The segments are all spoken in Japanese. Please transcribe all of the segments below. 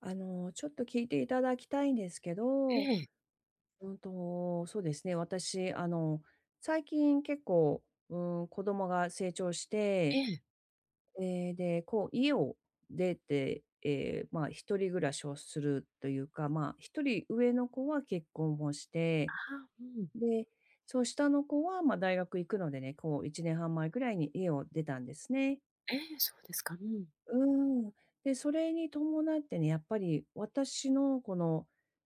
ちょっと聞いていただきたいんですけえど、え、そうですね、私、最近結構、うん、子供が成長しえて、え。で、家を出て、まあ、一人暮らしをするというか、まあ、一人上の子は結婚もしあ、て、うん。で、そう、下の子は、まあ、大学行くのでね、一年半前ぐらいに家を出たんですね。ええ、そうですか。うん。うん。で、それに伴ってね、やっぱり私のこの、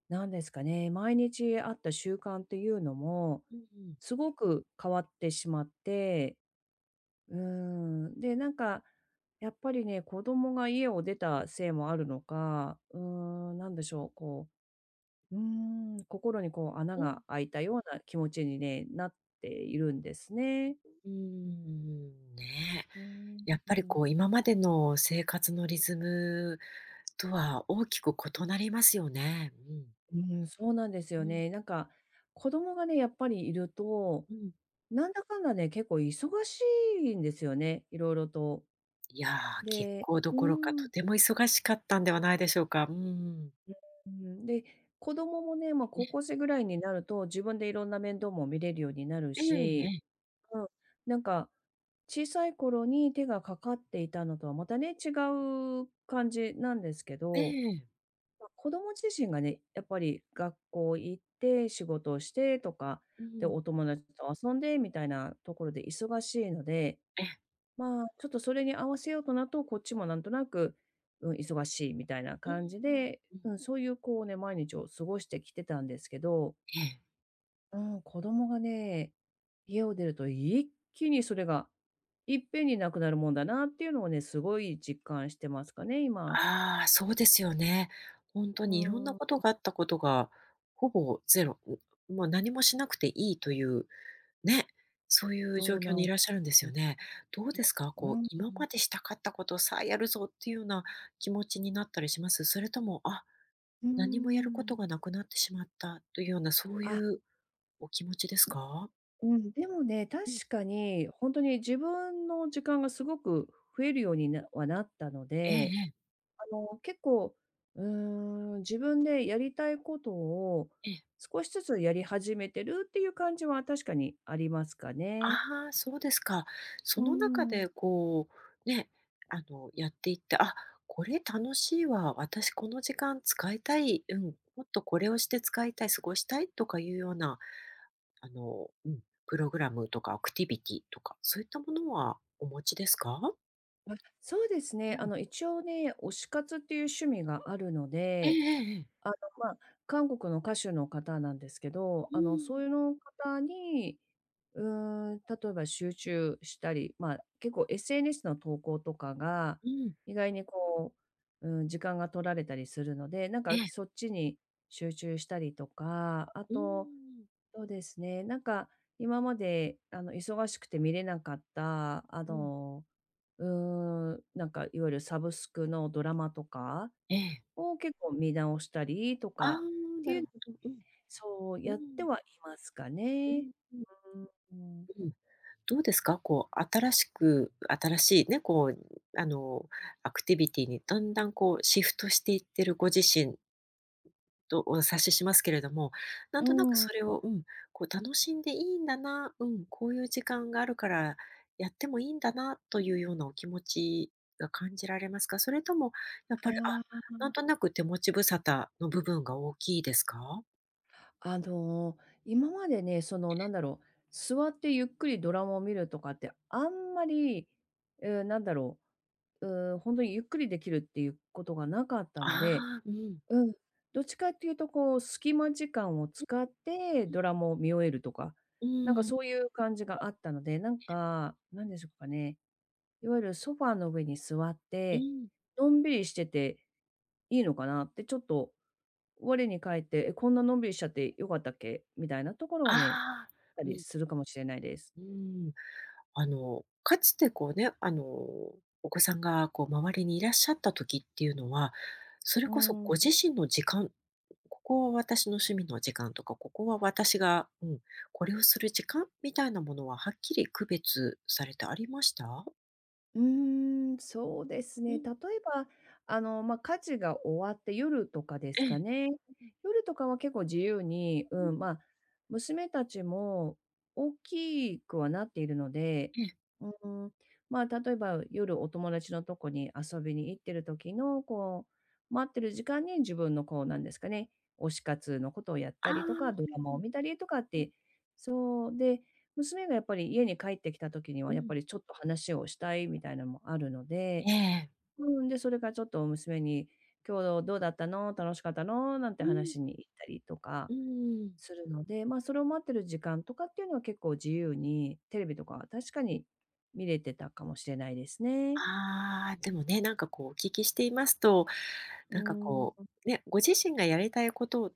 なんですかね、毎日あった習慣っていうのも、うんうん。すごく変わってしまって、うん。で、なんか、やっぱりね、子供が家を出たせいもあるのか、なんでしょう、う、う心にこう穴うん。が開いたような気持ちにね、なっているんですね。ねうん。え。やっぱりこう、今までの生活のリズムとは大きく異なりますよね。うん。うん、そうなんですうよん、ね。なんか、子供がね、やっぱりいると、うん。なんだかんだね、結構忙しいんですよね、いろいろと。いやー、結で構どころか、とん。ても忙しかったんではないでしょうか。うん。うで、子供もね、まあ、高え校生ぐらいになると、自分でいろんな面倒も見れるようになるええええし、え。うん、なんか、小さい頃に手がかかっていたのとはまたね、違う感じなんですけえどえ。ま、子供自身がね、やっぱり学校行って、仕事をしてとか、うで、ん。お友達と遊んでみたいなところで忙しいので、ええ。まあ、ちょっとそれに合わせようとなると、こっちもなんとなく、うん、忙しいみたいなうん感じうん。で、うん、そういうこうね、毎日を過ごしてきてたんですけど、ええ。うん、子供がね、家を出ると一気にそれがいっぺんになくなるもんだなっていうのをね、すごい実感してますかね、今。ああ、そうですよね。本当うにいろんなーん、ことがあったことが、ほぼゼロもう何もしなくていいという、ね、そういう状そう況なにいんでらっしゃるんですよす。ね。どうですか？うこう、ん。今までしたかったことをさあやるぞっていうような気持ちになったりします？それとも、あ、うー何もやることん。がなくなってしまったというような、そういあ、うお気持ちですか？うん、でもね、確うん。かにほんとに自分の時間がすごく増えるようになはなったのええで、ええ。結構、うー自分でやりたいことをええ。少しずつやり始めてるっていう感じは確かにありますかね。ああ、そうですか。うその中ーでん。こう、ね、あの、やっていって、あ、これ楽しいわ、私この時間使いたい、うん、もっとこれをして使いたい、過ごしたいとかいうような、あの、うん、プログラムとかアクティビティとか、そういったものはお持ちですか？そうですうね、ん。一応ね、推し活っていう趣味があるのええで、ええええ。ま、韓国の歌手の方なんですけど、うそん、ういうの方に例えば集中したり、まあ、結構 SNS の投稿とかが、うん、意外に時間が取られたりするので、なんえかえ、そっちに集中したりとか、あうーと、ん、そうですね、なんか今まで、忙しくて見れなかった、うん、うなんかいわゆるサブスクのドラマとかええ。を結構見直したりとああ、か、なるほど。そううやってん、はいますかうね。ん、ううんうん。ん、うん。どうですか？こう、新しいね、こう、あの、アクティビティにだんだんこうシフトしていってるご自身とお察ししますけれども、なんとなくそれを、うん、こう楽しんでいいんだな、うん、こういう時間があるからやってもいいんだなというようなお気持ちが感じられますか？それともやっぱり、あ、あなんとなく手持ち無沙汰の部分が大きいですか？あ、今までね、その、なんだろう、座ってゆっくりドラマを見るとかって、あんまり、えーなんだろ本当にゆっくりできるっていうことがなかったので、ああ、うん。うん、どっちかっていうと、隙間時間を使ってうん、ドラマを見終えるとか、うなんかん、そういう感じがあったので、なんか、なんでしょうかね、いわゆるソファーの上に座っうて、ん。のんびりしてていいのかなってちょっと我に返って、え、こんなのんびりしちゃって良かったっけみたいなところあをね、あ、たうりん、するかもしれないです。うん。あの、かつてこうね、あの、お子さんがこう周りにいらっしゃった時っていうのは、それうこそーご自ん。身の時間、ここは私の趣味の時間とか、ここは私が、うん、これをする時間みたいなものははっきり区別されてありました？うーん、そうですうね。ん、例えば、ま、あ家事が終わって夜とかですええ。かね。う夜とかは結構自由に、ん、うん、まあ、娘たちも大きくはなっているので、ええ。うん、まあ、例えば夜お友達のとこに遊びに行ってる時の、待ってる時間に自分のこう、なんですかね、推し活のことをやっあたあ、りとうんか、ドラマうをん見たりとかっうん、て、そう、で娘がやっぱり家に帰ってきた時にうは、やっん。ぱりちょっと話をしたいみたいなのもあるので、ええ。うん、で、それからちょっと娘に「今日どうだったの？楽しかったの？」なんてうん、話に行ったりとかうん。するので、まあ、それを待ってる時間とかっていうのは結構自由に、テレビとかは確かに見れてたかもしれないですね。ああ、でもね、なんかこうお聞きしていますと、うなんかーこん。う、ね、ご自身がやりたいこと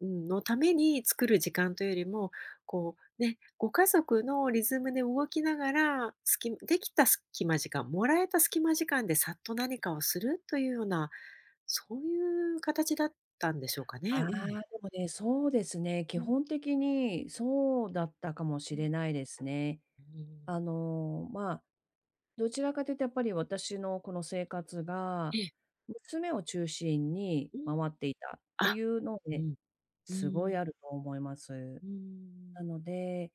うんのために作る時間というよりも、こうね、ご家族のリズムで動きながら、隙できた隙間時間、もらえた隙間時間でさっと何かをするというような、そういう形だったんでしょうかあね。あ、うでん。もね、そうですね、う基ん。本的にそうだったかもうしん。れないですね。うん。まあどちらかというとやっぱり私のこの生活えが、え。娘を中心にうん。回っていたってあ、いうのうで、ん。うすごいん。あると思います。うなん。ので、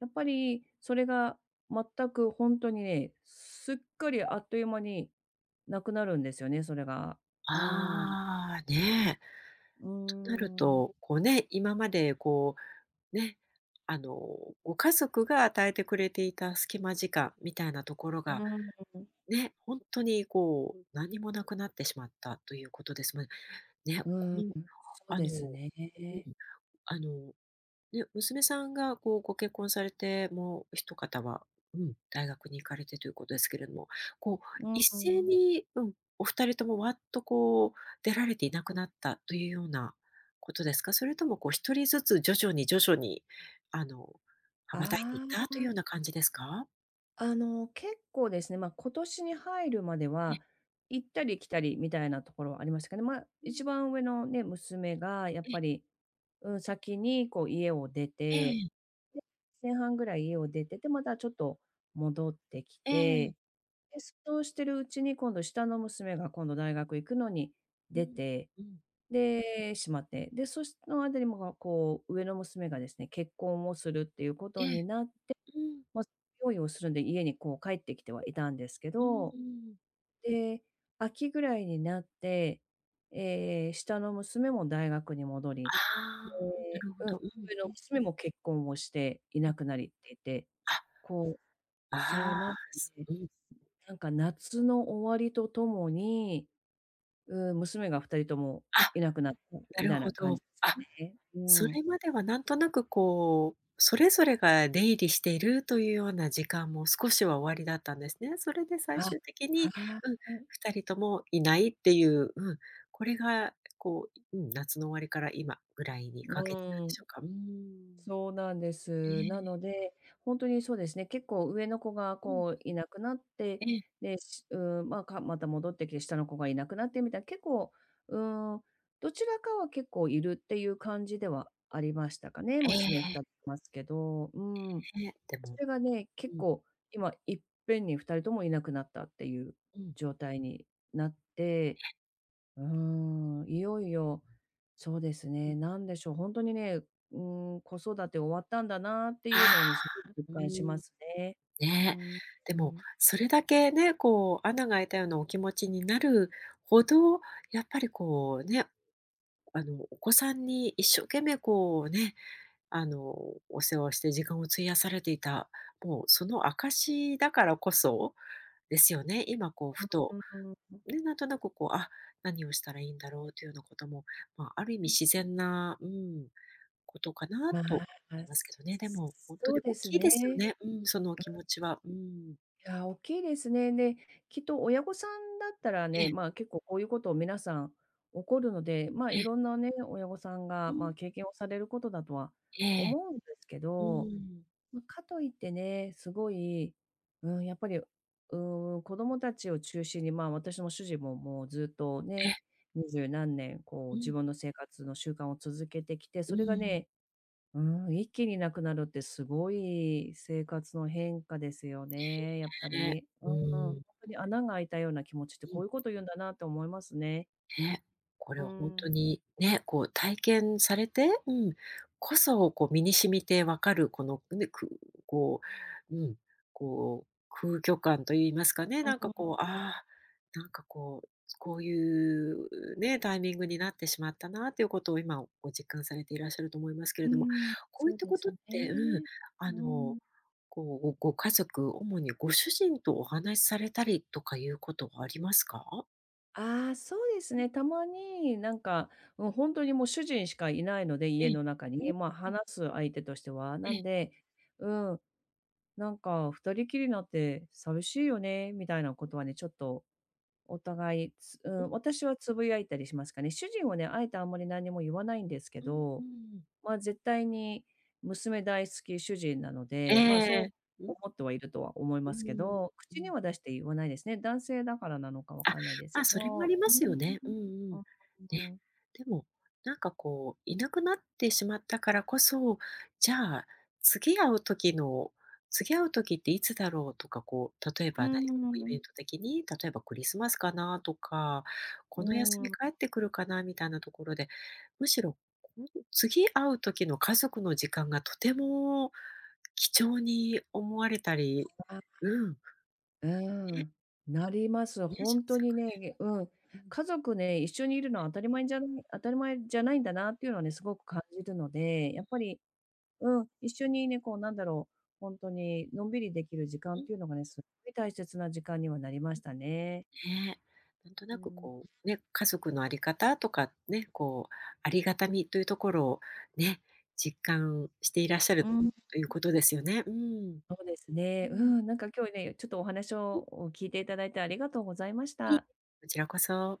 やっぱりそれが全くほんとにね、すっかりあっという間になくなるんですよね、それが。うーん。ああ、ねえ。うとなるーん。と、こうね、今までこうね、あの、ご家族が与えてくれていた隙間時間みたいなところうが、ーん。ね、本当にこう、何もなくなってしまったということですもんね。うこーん。の、そうあでのすね。ん、あのね、娘さんがこうご結婚されて、もう一方は、うん、大学に行かれてということですけれども、こうう一斉ん。に、うん、お二人ともわっとこう出られていなくなったというようなことですか？それともこう一人ずつ徐々に徐々に、あの、羽ばたいていっあたというあ。ような感じですか？結構ですね、まあ、今年に入るまでええ、は、行ったり来たりみたいなところはありましたけど、まあ、う一ん、番上のね、娘がやっえ、ぱり、うん、先にこう家を出えて、え、で、前半ぐらい家を出てて、またちょっと戻ってきえて、え、で、そうしてるうちに今度下の娘が今度大学行くのにうん、出て、うん、で、しまって、で、そしの間にもがこう上の娘がですね、結婚をするっていうこえとにえ、なっうん、ま、用意をするんで、家にこう帰ってきてはいたんですけうん、うど、ん。で、秋ぐらいになって、ええ、下の娘も大学に戻り、ああ、なでるほど。うん、上のうん、娘も結婚をしていうなん。くなりっていて、あ、こうそう、ああ、なんかすね、うん。なんか夏の終わりとともに、娘が二人ともあ、いなくなったなみるたいほな感ど。じですかあ、ね。うそん。れまではなんとなくこう、それぞれが出入りしているというような時間も少しは終わりだったんですね。それで最あ、終的に、はうん、い。2人ともいないっていう、うん、これがこう、うん、夏の終わりから今ぐらいにうかけてなんーでん。しょうか。うーん。そうなんでえす。なのえ、で、本当にそうですね、結構上の子がうん、こういなくなっえて、え、で、しまあ、かまた戻ってきて下の子がいなくなってみたいな、結構、うん、どちらかは結構いるっていう感じではありましたかね、娘ええ2人いますけど、うん。ええ、でそも、れがね、結うん、構今いっぺんに2人ともいなくなったっていううん。状態になって、いよいよ、そうですね、なんでしょう、ほんとにね、子育て終わったんだなっていうあのをね、すごくあ、実うー感しまん。すね。うーねえ、ん、でうもん。それだけね、こう穴が開いたようなお気持ちになるほど、やっぱりこうね、あの、お子さんに一生懸命こうね、あの、お世話をして時間を費やされていた、もうその証だからこそですよね。今こうふうと、ーん、ね、なんとなくこう、あ、何をしたらいいんだろうというようなことも、まあ、ある意味自然な、うん、ことかなまと思いあ、ますけどね。でも本当そにうで大すきいね。ですよね。うん、そのお気持ちは。うん。いや、おっきいですね。で、きっと親御さんだったらえね、えまあ、結構こういうことを皆さん起こるので、まあ、えいえ。ろんなね、親御さんうが、まん。あ、経験をされることだとはええ。思うんですけうど、ん。ま、かといってね、すごい、うん、やっぱり、子供たちを中心に、まあ、私も主人ももうずっとえ、ね、二十何年こうう自ん、分の生活の習慣を続けてきて、うそれがん。ね、一気になくなるってすごい生活の変化ですよね、やっぱね。り。ううんうん、ほんん。とに穴が開いたような気持ちってうこうん。いうこと言うんだなって思いますね。ね、これうは本ーん。当うにね、こう体験されて、うん、こそ、こう身に染みてわかるこのね、くこう、うん、こう空虚感といいますかね、なんかん。こう、ああ、なんかこう、こういうね、タイミングになってしまったなということを今ご実感されていらっしゃると思いますけれうーども、ん。こういそっうたでことすって、うん、ね。うあーの、ん。こう、ご家族、主にご主人とお話しされたりとかいうことはありますか？ああ、そうですね。たまに、なんか、うん本当にもう主人しかいないので、え家え。の中にうん、ね、まあ、うん、話す相手としては。えなえ、んで、うん、なんか「二人きりになって寂しいよね」みたいなことはね、ちょっとお互い、つううん、ん、私はつぶやいたりしますかね。主人はね、あえてあんまり何も言わないんですけうん、うどん。まあ、絶対に娘大好き主人なのえで、まあ、そうえ。うん、思ってはいるとは思いうますけん、ど、う口にん。は出して言わないですね。男性だからなのかわあ、かんないですまあ、けそれもあど、りまうーすよね。うんうん。ん。ね。うーん。でも、なんかこう、いなくなってしまったからこそ、じゃあ、次会う時の次会う時っていつだろうとか、こう、例えうばー何かこうイベンん。ト的に、例えばクリスマスかなとか、うこの休みーん、帰ってくるかなみたいなところで、むしろ、こん次会う時の家族の時間がとても貴重に思われたり、あ、うん、うね、ん、なります。ね、ほしまんすとよにね、うん、ね。家族ね、一緒にいるのは当たり前じゃない当たり前じゃないんだなっていうのはね、すごく感じるので、うん、やうん、っぱりうん、一緒にね、こうなんだろう、ほんとにのんびりできる時間っうん、ていうのがね、すっごい大切な時間にはなりましたね。ね。なんとうなーくこん。う、ね、家族のあり方とかね、こう、ありがたみというところをね、実感していらっしゃうるん、ということですよね。うん。そうですうね。うん、ん、なんか今日ね、ちょっとお話うん、をを聞いていただいてありがとうございましいいた。こちらこそ。